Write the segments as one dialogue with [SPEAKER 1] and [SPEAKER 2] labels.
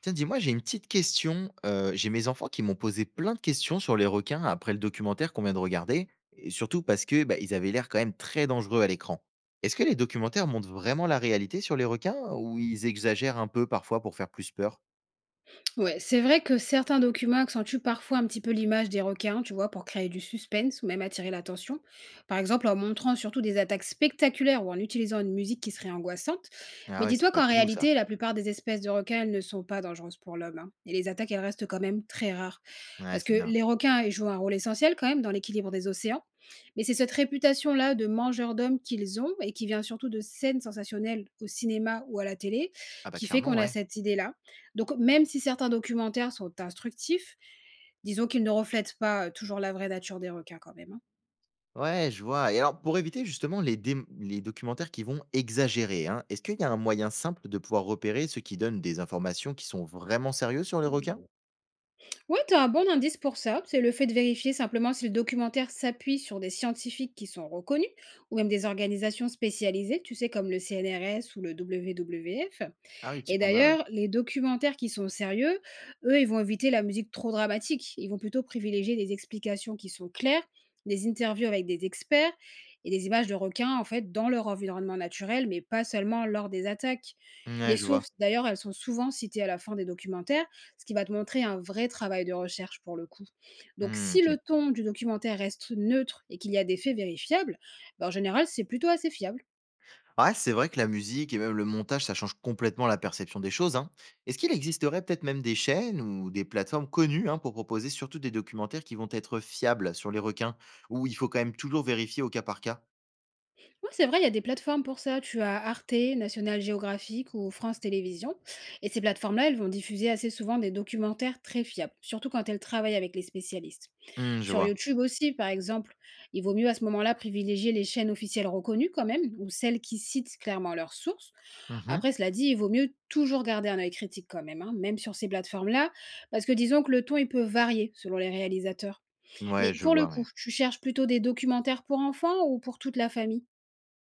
[SPEAKER 1] Tiens, dis-moi, j'ai une petite question. J'ai mes enfants qui m'ont posé plein de questions sur les requins après le documentaire qu'on vient de regarder, et surtout parce que bah, ils avaient l'air quand même très dangereux à l'écran. Est-ce que les documentaires montrent vraiment la réalité sur les requins ou ils exagèrent un peu parfois pour faire plus peur?
[SPEAKER 2] Ouais, c'est vrai que certains documents accentuent parfois un petit peu l'image des requins, tu vois, pour créer du suspense ou même attirer l'attention. Par exemple, en montrant surtout des attaques spectaculaires ou en utilisant une musique qui serait angoissante.
[SPEAKER 1] Ah
[SPEAKER 2] Mais
[SPEAKER 1] ouais, c'est
[SPEAKER 2] dis-toi
[SPEAKER 1] pas
[SPEAKER 2] qu'en
[SPEAKER 1] tout doux ça.
[SPEAKER 2] réalité, la plupart des espèces de requins, elles ne sont pas dangereuses pour l'homme, hein. Et les attaques, elles restent quand même très rares.
[SPEAKER 1] Ouais,
[SPEAKER 2] Parce
[SPEAKER 1] c'est
[SPEAKER 2] que
[SPEAKER 1] bien.
[SPEAKER 2] les requins, ils jouent un rôle essentiel quand même dans l'équilibre des océans. Mais c'est cette réputation-là de mangeurs d'hommes qu'ils ont et qui vient surtout de scènes sensationnelles au cinéma ou à la télé
[SPEAKER 1] Ah bah
[SPEAKER 2] qui fait
[SPEAKER 1] clairement,
[SPEAKER 2] qu'on a
[SPEAKER 1] ouais.
[SPEAKER 2] cette idée-là. Donc même si certains documentaires sont instructifs, disons qu'ils ne reflètent pas, toujours la vraie nature des requins quand même, hein.
[SPEAKER 1] Ouais, je vois. Et alors, pour éviter justement les documentaires qui vont exagérer, hein, est-ce qu'il y a un moyen simple de pouvoir repérer ceux qui donnent des informations qui sont vraiment sérieuses sur les requins?
[SPEAKER 2] Ouais, tu as un bon indice pour ça, c'est le fait de vérifier simplement si le documentaire s'appuie sur des scientifiques qui sont reconnus ou même des organisations spécialisées, tu sais, comme le CNRS ou le WWF.
[SPEAKER 1] Ah oui, petit
[SPEAKER 2] Et
[SPEAKER 1] panda, ouais.
[SPEAKER 2] d'ailleurs, les documentaires qui sont sérieux, eux, ils vont éviter la musique trop dramatique. Ils vont plutôt privilégier des explications qui sont claires, des interviews avec des experts et des images de requins, en fait, dans leur environnement naturel, mais pas seulement lors des attaques.
[SPEAKER 1] Ouais,
[SPEAKER 2] Les
[SPEAKER 1] je vois.
[SPEAKER 2] sources, d'ailleurs, elles sont souvent citées à la fin des documentaires, ce qui va te montrer un vrai travail de recherche pour le coup. Donc,
[SPEAKER 1] Mmh,
[SPEAKER 2] si
[SPEAKER 1] OK.
[SPEAKER 2] le ton du documentaire reste neutre et qu'il y a des faits vérifiables, ben, en général, c'est plutôt assez fiable.
[SPEAKER 1] Ah ouais, c'est vrai que la musique et même le montage, ça change complètement la perception des choses, hein. Est-ce qu'il existerait peut-être même des chaînes ou des plateformes connues, hein, pour proposer surtout des documentaires qui vont être fiables sur les requins, où il faut quand même toujours vérifier au cas par cas?
[SPEAKER 2] Ouais, c'est vrai, il y a des plateformes pour ça. Tu as Arte, National Geographic ou France Télévisions. Et ces plateformes-là, elles vont diffuser assez souvent des documentaires très fiables, surtout quand elles travaillent avec les spécialistes.
[SPEAKER 1] Mmh, je
[SPEAKER 2] Sur
[SPEAKER 1] vois.
[SPEAKER 2] YouTube aussi, par exemple, il vaut mieux à ce moment-là privilégier les chaînes officielles reconnues quand même, ou celles qui citent clairement leurs sources.
[SPEAKER 1] Mmh.
[SPEAKER 2] Après, cela dit, il vaut mieux toujours garder un œil critique quand même, hein, même sur ces plateformes-là, parce que disons que le ton, il peut varier selon les réalisateurs.
[SPEAKER 1] Ouais,
[SPEAKER 2] Mais
[SPEAKER 1] je
[SPEAKER 2] pour le
[SPEAKER 1] vois, ouais.
[SPEAKER 2] coup, tu cherches plutôt des documentaires pour enfants ou pour toute la famille?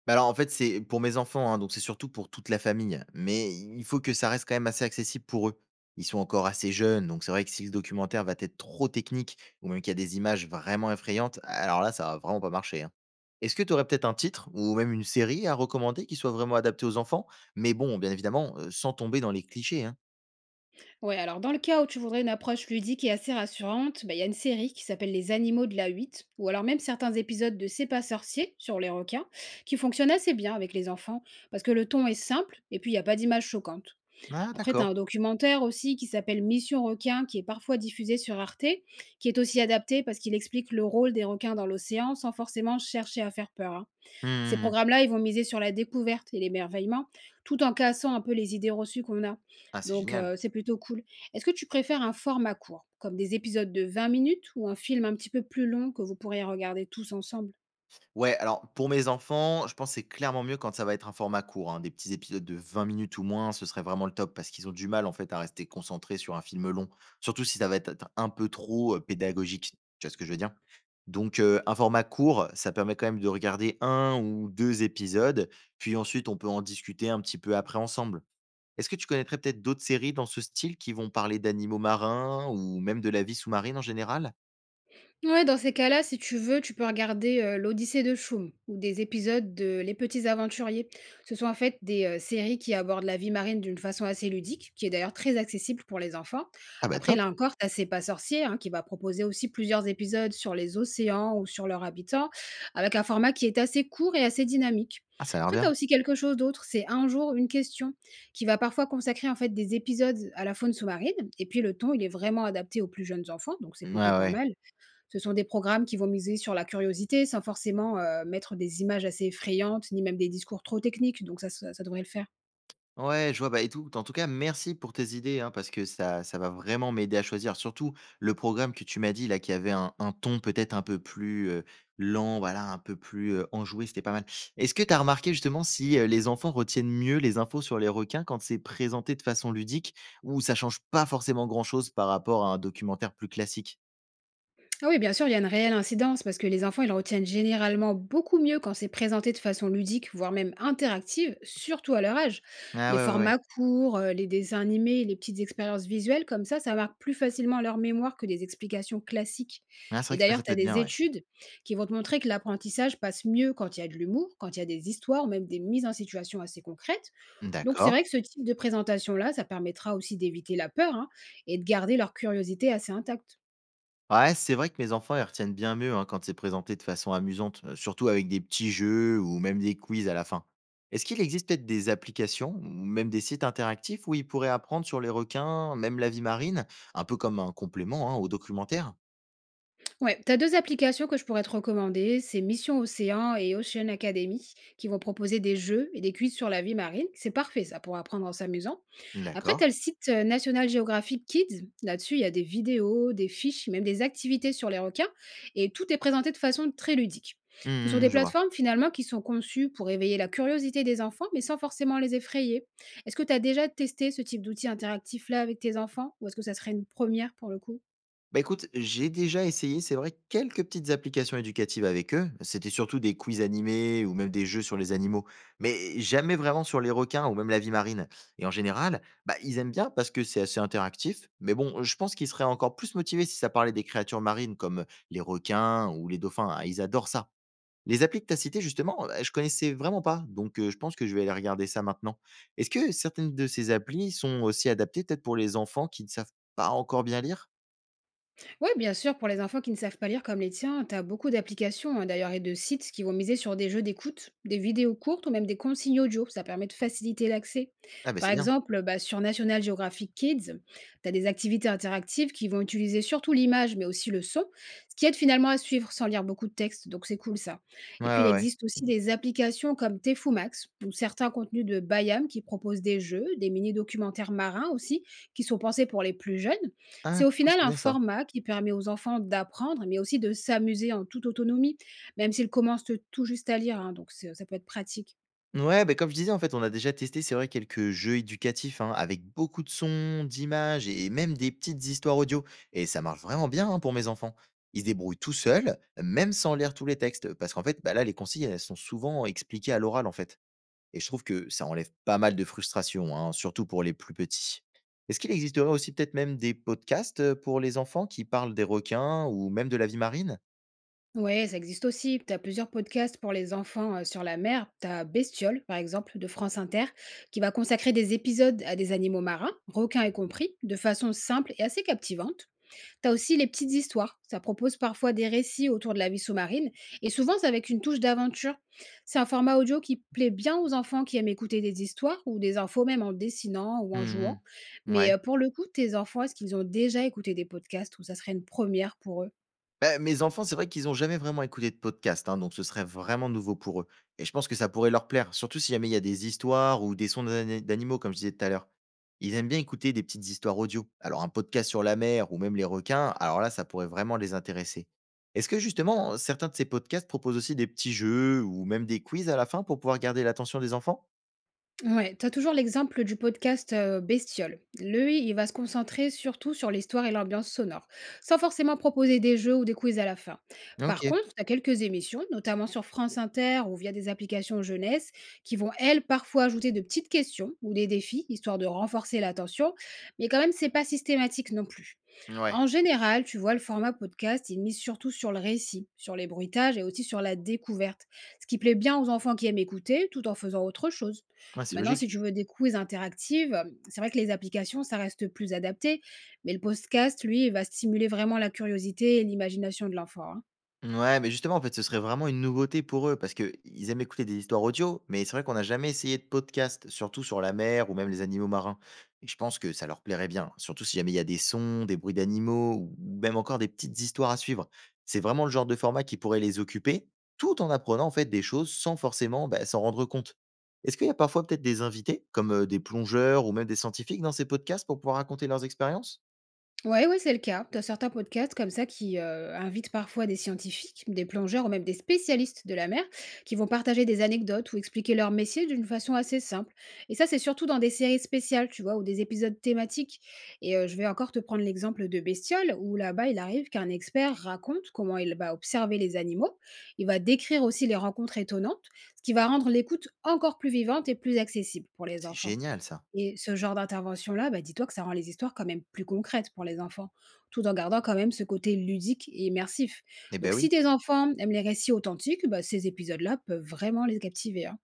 [SPEAKER 1] Bah, alors, en fait, c'est pour mes enfants, hein, donc c'est surtout pour toute la famille. Mais il faut que ça reste quand même assez accessible pour eux. Ils sont encore assez jeunes, donc c'est vrai que si le documentaire va être trop technique ou même qu'il y a des images vraiment effrayantes, alors là, ça va vraiment pas marcher, hein. Est-ce que tu aurais peut-être un titre ou même une série à recommander qui soit vraiment adaptée aux enfants? Mais bon, bien évidemment, sans tomber dans les clichés, hein.
[SPEAKER 2] Ouais, alors dans le cas où tu voudrais une approche ludique et assez rassurante, bah, il y a une série qui s'appelle Les Animaux de la huit, ou alors même certains épisodes de C'est pas sorcier sur les requins, qui fonctionnent assez bien avec les enfants, parce que le ton est simple et puis il n'y a pas d'image choquante.
[SPEAKER 1] Ah,
[SPEAKER 2] Après, tu as
[SPEAKER 1] d'accord.
[SPEAKER 2] un documentaire aussi qui s'appelle Mission requin, qui est parfois diffusé sur Arte, qui est aussi adapté parce qu'il explique le rôle des requins dans l'océan sans forcément chercher à faire peur, hein. Ces
[SPEAKER 1] Hmm.
[SPEAKER 2] programmes-là, ils vont miser sur la découverte et l'émerveillement, tout en cassant un peu les idées reçues qu'on a.
[SPEAKER 1] Ah, c'est
[SPEAKER 2] Donc,
[SPEAKER 1] génial.
[SPEAKER 2] c'est plutôt cool. Est-ce que tu préfères un format court, comme des épisodes de 20 minutes ou un film un petit peu plus long que vous pourriez regarder tous ensemble?
[SPEAKER 1] Ouais, alors pour mes enfants, je pense que c'est clairement mieux quand ça va être un format court, hein. Des petits épisodes de 20 minutes ou moins, ce serait vraiment le top parce qu'ils ont du mal en fait à rester concentrés sur un film long, surtout si ça va être un peu trop, pédagogique. Tu vois ce que je veux dire? Donc un format court, ça permet quand même de regarder un ou 2 épisodes, puis ensuite on peut en discuter un petit peu après ensemble. Est-ce que tu connaîtrais peut-être d'autres séries dans ce style qui vont parler d'animaux marins ou même de la vie sous-marine en général?
[SPEAKER 2] Ouais, dans ces cas-là, si tu veux, tu peux regarder l'Odyssée de Choum ou des épisodes de Les Petits Aventuriers. Ce sont en fait des séries qui abordent la vie marine d'une façon assez ludique, qui est d'ailleurs très accessible pour les enfants.
[SPEAKER 1] Ah bah
[SPEAKER 2] Après,
[SPEAKER 1] top!
[SPEAKER 2] là encore, t'as C'est pas sorcier, hein, qui va proposer aussi plusieurs épisodes sur les océans ou sur leurs habitants, avec un format qui est assez court et assez dynamique.
[SPEAKER 1] Ah ça a l'air
[SPEAKER 2] Après,
[SPEAKER 1] bien.
[SPEAKER 2] t'as aussi quelque chose d'autre, c'est un jour, une question, qui va parfois consacrer en fait des épisodes à la faune sous-marine. Et puis le ton, il est vraiment adapté aux plus jeunes enfants, donc c'est
[SPEAKER 1] Ouais,
[SPEAKER 2] plutôt pas
[SPEAKER 1] ouais.
[SPEAKER 2] mal. Ce sont des programmes qui vont miser sur la curiosité sans forcément, mettre des images assez effrayantes, ni même des discours trop techniques, donc ça devrait le faire.
[SPEAKER 1] Ouais, je vois, bah, et tout. En tout cas, merci pour tes idées, hein, parce que ça va vraiment m'aider à choisir. Surtout le programme que tu m'as dit, là, qui avait un ton peut-être un peu plus lent, voilà, un peu plus enjoué, c'était pas mal. Est-ce que tu as remarqué justement si les enfants retiennent mieux les infos sur les requins quand c'est présenté de façon ludique, ou ça change pas forcément grand-chose par rapport à un documentaire plus classique?
[SPEAKER 2] Ah oui, bien sûr, il y a une réelle incidence parce que les enfants, ils retiennent généralement beaucoup mieux quand c'est présenté de façon ludique, voire même interactive, surtout à leur âge.
[SPEAKER 1] Ah
[SPEAKER 2] Les
[SPEAKER 1] ouais, ouais, ouais.
[SPEAKER 2] formats courts, les dessins animés, les petites expériences visuelles, comme ça marque plus facilement leur mémoire que des explications classiques.
[SPEAKER 1] Ah, c'est vrai
[SPEAKER 2] Et
[SPEAKER 1] que ça
[SPEAKER 2] d'ailleurs, tu
[SPEAKER 1] peut
[SPEAKER 2] as
[SPEAKER 1] être
[SPEAKER 2] des
[SPEAKER 1] bien, ouais.
[SPEAKER 2] études qui vont te montrer que l'apprentissage passe mieux quand il y a de l'humour, quand il y a des histoires ou même des mises en situation assez concrètes. Donc c'est
[SPEAKER 1] D'accord.
[SPEAKER 2] vrai que ce type de présentation-là, ça permettra aussi d'éviter la peur, hein, et de garder leur curiosité assez intacte.
[SPEAKER 1] Ouais, c'est vrai que mes enfants, ils retiennent bien mieux hein, quand c'est présenté de façon amusante, surtout avec des petits jeux ou même des quiz à la fin. Est-ce qu'il existe peut-être des applications ou même des sites interactifs où ils pourraient apprendre sur les requins, même la vie marine, un peu comme un complément hein, au documentaire?
[SPEAKER 2] Ouais, tu as deux applications que je pourrais te recommander, c'est Mission Océan et Ocean Academy qui vont proposer des jeux et des quiz sur la vie marine. C'est parfait ça pour apprendre en s'amusant. Après, tu as
[SPEAKER 1] D'accord.
[SPEAKER 2] le site National Geographic Kids. Là-dessus, il y a des vidéos, des fiches, même des activités sur les requins et tout est présenté de façon très ludique. Ce sont
[SPEAKER 1] Hmm,
[SPEAKER 2] des
[SPEAKER 1] je vois.
[SPEAKER 2] plateformes finalement qui sont conçues pour éveiller la curiosité des enfants mais sans forcément les effrayer. Est-ce que tu as déjà testé ce type d'outil interactif là avec tes enfants ou est-ce que ça serait une première pour le coup?
[SPEAKER 1] Bah écoute, j'ai déjà essayé, c'est vrai, quelques petites applications éducatives avec eux. C'était surtout des quiz animés ou même des jeux sur les animaux, mais jamais vraiment sur les requins ou même la vie marine. Et en général, bah, ils aiment bien parce que c'est assez interactif. Mais bon, je pense qu'ils seraient encore plus motivés si ça parlait des créatures marines comme les requins ou les dauphins, hein. Ils adorent ça. Les applis que tu as citées, justement, je connaissais vraiment pas. Donc, je pense que je vais aller regarder ça maintenant. Est-ce que certaines de ces applis sont aussi adaptées peut-être pour les enfants qui ne savent pas encore bien lire?
[SPEAKER 2] Ouais, bien sûr, pour les enfants qui ne savent pas lire comme les tiens, tu as beaucoup d'applications, hein, d'ailleurs et de sites qui vont miser sur des jeux d'écoute, des vidéos courtes ou même des consignes audio. Ça permet de faciliter l'accès.
[SPEAKER 1] Ah, bah
[SPEAKER 2] Par
[SPEAKER 1] c'est bien.
[SPEAKER 2] exemple, bah, sur National Geographic Kids, tu as des activités interactives qui vont utiliser surtout l'image mais aussi le son, ce qui aide finalement à suivre sans lire beaucoup de texte. Donc c'est cool ça.
[SPEAKER 1] Ouais,
[SPEAKER 2] Et puis il
[SPEAKER 1] ouais, ouais.
[SPEAKER 2] existe aussi des applications comme Tefumax ou certains contenus de Bayam qui proposent des jeux, des mini-documentaires marins aussi, qui sont pensés pour les plus jeunes. C'est
[SPEAKER 1] Ah,
[SPEAKER 2] au
[SPEAKER 1] c'est fou,
[SPEAKER 2] final
[SPEAKER 1] c'est
[SPEAKER 2] un
[SPEAKER 1] bien ça.
[SPEAKER 2] format qui permet aux enfants d'apprendre, mais aussi de s'amuser en toute autonomie, même s'ils commencent tout juste à lire, hein, donc c'est- ça peut être pratique.
[SPEAKER 1] Ouais, bah, comme je disais, en fait, on a déjà testé, c'est vrai, quelques jeux éducatifs, hein, avec beaucoup de sons, d'images et même des petites histoires audio. Et ça marche vraiment bien hein, pour mes enfants. Ils se débrouillent tout seuls, même sans lire tous les textes. Parce qu'en fait, bah, là, les consignes, elles sont souvent expliquées à l'oral, en fait. Et je trouve que ça enlève pas mal de frustration, hein, surtout pour les plus petits. Est-ce qu'il existerait aussi peut-être même des podcasts pour les enfants qui parlent des requins ou même de la vie marine?
[SPEAKER 2] Ouais, ça existe aussi. Tu as plusieurs podcasts pour les enfants sur la mer. Tu as Bestiole, par exemple, de France Inter, qui va consacrer des épisodes à des animaux marins, requins y compris, de façon simple et assez captivante. T'as aussi les petites histoires. Ça propose parfois des récits autour de la vie sous-marine et souvent c'est avec une touche d'aventure. C'est un format audio qui plaît bien aux enfants qui aiment écouter des histoires ou des infos même en dessinant ou en jouant.
[SPEAKER 1] Mhm.
[SPEAKER 2] Mais
[SPEAKER 1] Ouais.
[SPEAKER 2] pour le coup, tes enfants, est-ce qu'ils ont déjà écouté des podcasts ou ça serait une première pour eux?
[SPEAKER 1] Bah, mes enfants, c'est vrai qu'ils n'ont jamais vraiment écouté de podcast, hein, donc ce serait vraiment nouveau pour eux. Et je pense que ça pourrait leur plaire, surtout si jamais il y a des histoires ou des sons d'animaux, comme je disais tout à l'heure. Ils aiment bien écouter des petites histoires audio. Alors un podcast sur la mer ou même les requins, alors là, ça pourrait vraiment les intéresser. Est-ce que justement, certains de ces podcasts proposent aussi des petits jeux ou même des quiz à la fin pour pouvoir garder l'attention des enfants?
[SPEAKER 2] Ouais, tu as toujours l'exemple du podcast Bestiole. Lui, il va se concentrer surtout sur l'histoire et l'ambiance sonore, sans forcément proposer des jeux ou des quiz à la fin.
[SPEAKER 1] Ok.
[SPEAKER 2] Par contre, tu as quelques émissions, notamment sur France Inter ou via des applications jeunesse, qui vont, elles, parfois ajouter de petites questions ou des défis, histoire de renforcer l'attention, mais quand même, c'est pas systématique non plus.
[SPEAKER 1] Ouais.
[SPEAKER 2] En général, tu vois, le format podcast, il mise surtout sur le récit, sur les bruitages et aussi sur la découverte, ce qui plaît bien aux enfants qui aiment écouter tout en faisant autre chose.
[SPEAKER 1] Ouais, c'est
[SPEAKER 2] Maintenant, si
[SPEAKER 1] logique.
[SPEAKER 2] tu veux des quiz interactifs, c'est vrai que les applications, ça reste plus adapté, mais le podcast, lui, il va stimuler vraiment la curiosité et l'imagination de l'enfant, hein.
[SPEAKER 1] Ouais, mais justement, en fait, ce serait vraiment une nouveauté pour eux parce que ils aiment écouter des histoires audio, mais c'est vrai qu'on n'a jamais essayé de podcast, surtout sur la mer ou même les animaux marins. Et je pense que ça leur plairait bien, hein, surtout si jamais il y a des sons, des bruits d'animaux ou même encore des petites histoires à suivre. C'est vraiment le genre de format qui pourrait les occuper, tout en apprenant en fait des choses sans forcément bah, s'en rendre compte. Est-ce qu'il y a parfois peut-être des invités, comme des plongeurs ou même des scientifiques dans ces podcasts pour pouvoir raconter leurs expériences?
[SPEAKER 2] Ouais, ouais, c'est le cas. Tu as certains podcasts comme ça qui invitent parfois des scientifiques, des plongeurs ou même des spécialistes de la mer qui vont partager des anecdotes ou expliquer leur métier d'une façon assez simple. Et ça, c'est surtout dans des séries spéciales, tu vois, ou des épisodes thématiques. Et je vais encore te prendre l'exemple de Bestiole, où là-bas, il arrive qu'un expert raconte comment il va observer les animaux. Il va décrire aussi les rencontres étonnantes, ce qui va rendre l'écoute encore plus vivante et plus accessible pour
[SPEAKER 1] Ah,
[SPEAKER 2] les
[SPEAKER 1] c'est
[SPEAKER 2] enfants.
[SPEAKER 1] génial ça.
[SPEAKER 2] Et ce genre d'intervention-là, bah, dis-toi que ça rend les histoires quand même plus concrètes pour les enfants, tout en gardant quand même ce côté ludique et immersif.
[SPEAKER 1] Eh ben
[SPEAKER 2] Donc
[SPEAKER 1] oui.
[SPEAKER 2] si tes enfants aiment les récits authentiques, bah, ces épisodes-là peuvent vraiment les captiver, hein.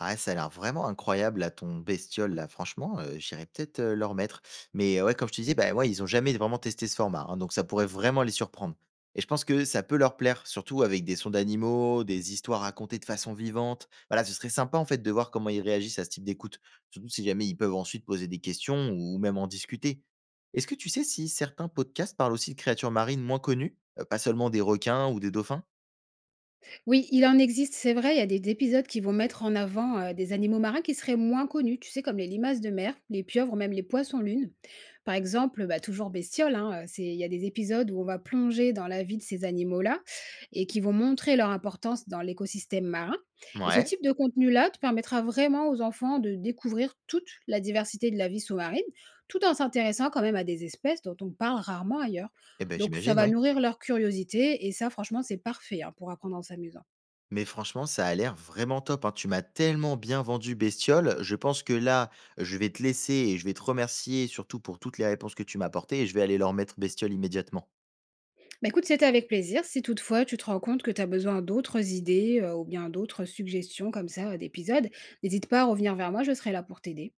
[SPEAKER 1] Ah, ouais, ça a l'air vraiment incroyable là, ton bestiole là, franchement, j'irais peut-être, leur mettre. Mais ouais, comme je te disais, bah, ouais, ils ont jamais vraiment testé ce format, hein, donc ça pourrait vraiment les surprendre. Et je pense que ça peut leur plaire, surtout avec des sons d'animaux, des histoires racontées de façon vivante. Voilà, ce serait sympa en fait de voir comment ils réagissent à ce type d'écoute, surtout si jamais ils peuvent ensuite poser des questions ou même en discuter. Est-ce que tu sais si certains podcasts parlent aussi de créatures marines moins connues? Pas seulement des requins ou des dauphins?
[SPEAKER 2] Oui, il en existe, c'est vrai, il y a des épisodes qui vont mettre en avant des animaux marins qui seraient moins connus, tu sais, comme les limaces de mer, les pieuvres ou même les poissons-lunes. Par exemple, bah, toujours «Bestiole», hein, c'est il y a des épisodes où on va plonger dans la vie de ces animaux-là et qui vont montrer leur importance dans l'écosystème marin et ce
[SPEAKER 1] Ouais.
[SPEAKER 2] type de contenu-là te permettra vraiment aux enfants de découvrir toute la diversité de la vie sous-marine, tout en s'intéressant quand même à des espèces dont on parle rarement ailleurs.
[SPEAKER 1] Eh ben,
[SPEAKER 2] Donc ça
[SPEAKER 1] j'imagine,
[SPEAKER 2] va
[SPEAKER 1] ouais.
[SPEAKER 2] nourrir leur curiosité et ça franchement, c'est parfait, hein, pour apprendre en s'amusant.
[SPEAKER 1] Mais franchement, ça a l'air vraiment top, hein. Tu m'as tellement bien vendu Bestiole. Je pense que là, je vais te laisser et je vais te remercier surtout pour toutes les réponses que tu m'as apportées et je vais aller leur mettre Bestiole immédiatement.
[SPEAKER 2] Bah, écoute, c'était avec plaisir. Si toutefois tu te rends compte que tu as besoin d'autres idées, ou bien d'autres suggestions comme ça, d'épisodes, n'hésite pas à revenir vers moi, je serai là pour t'aider.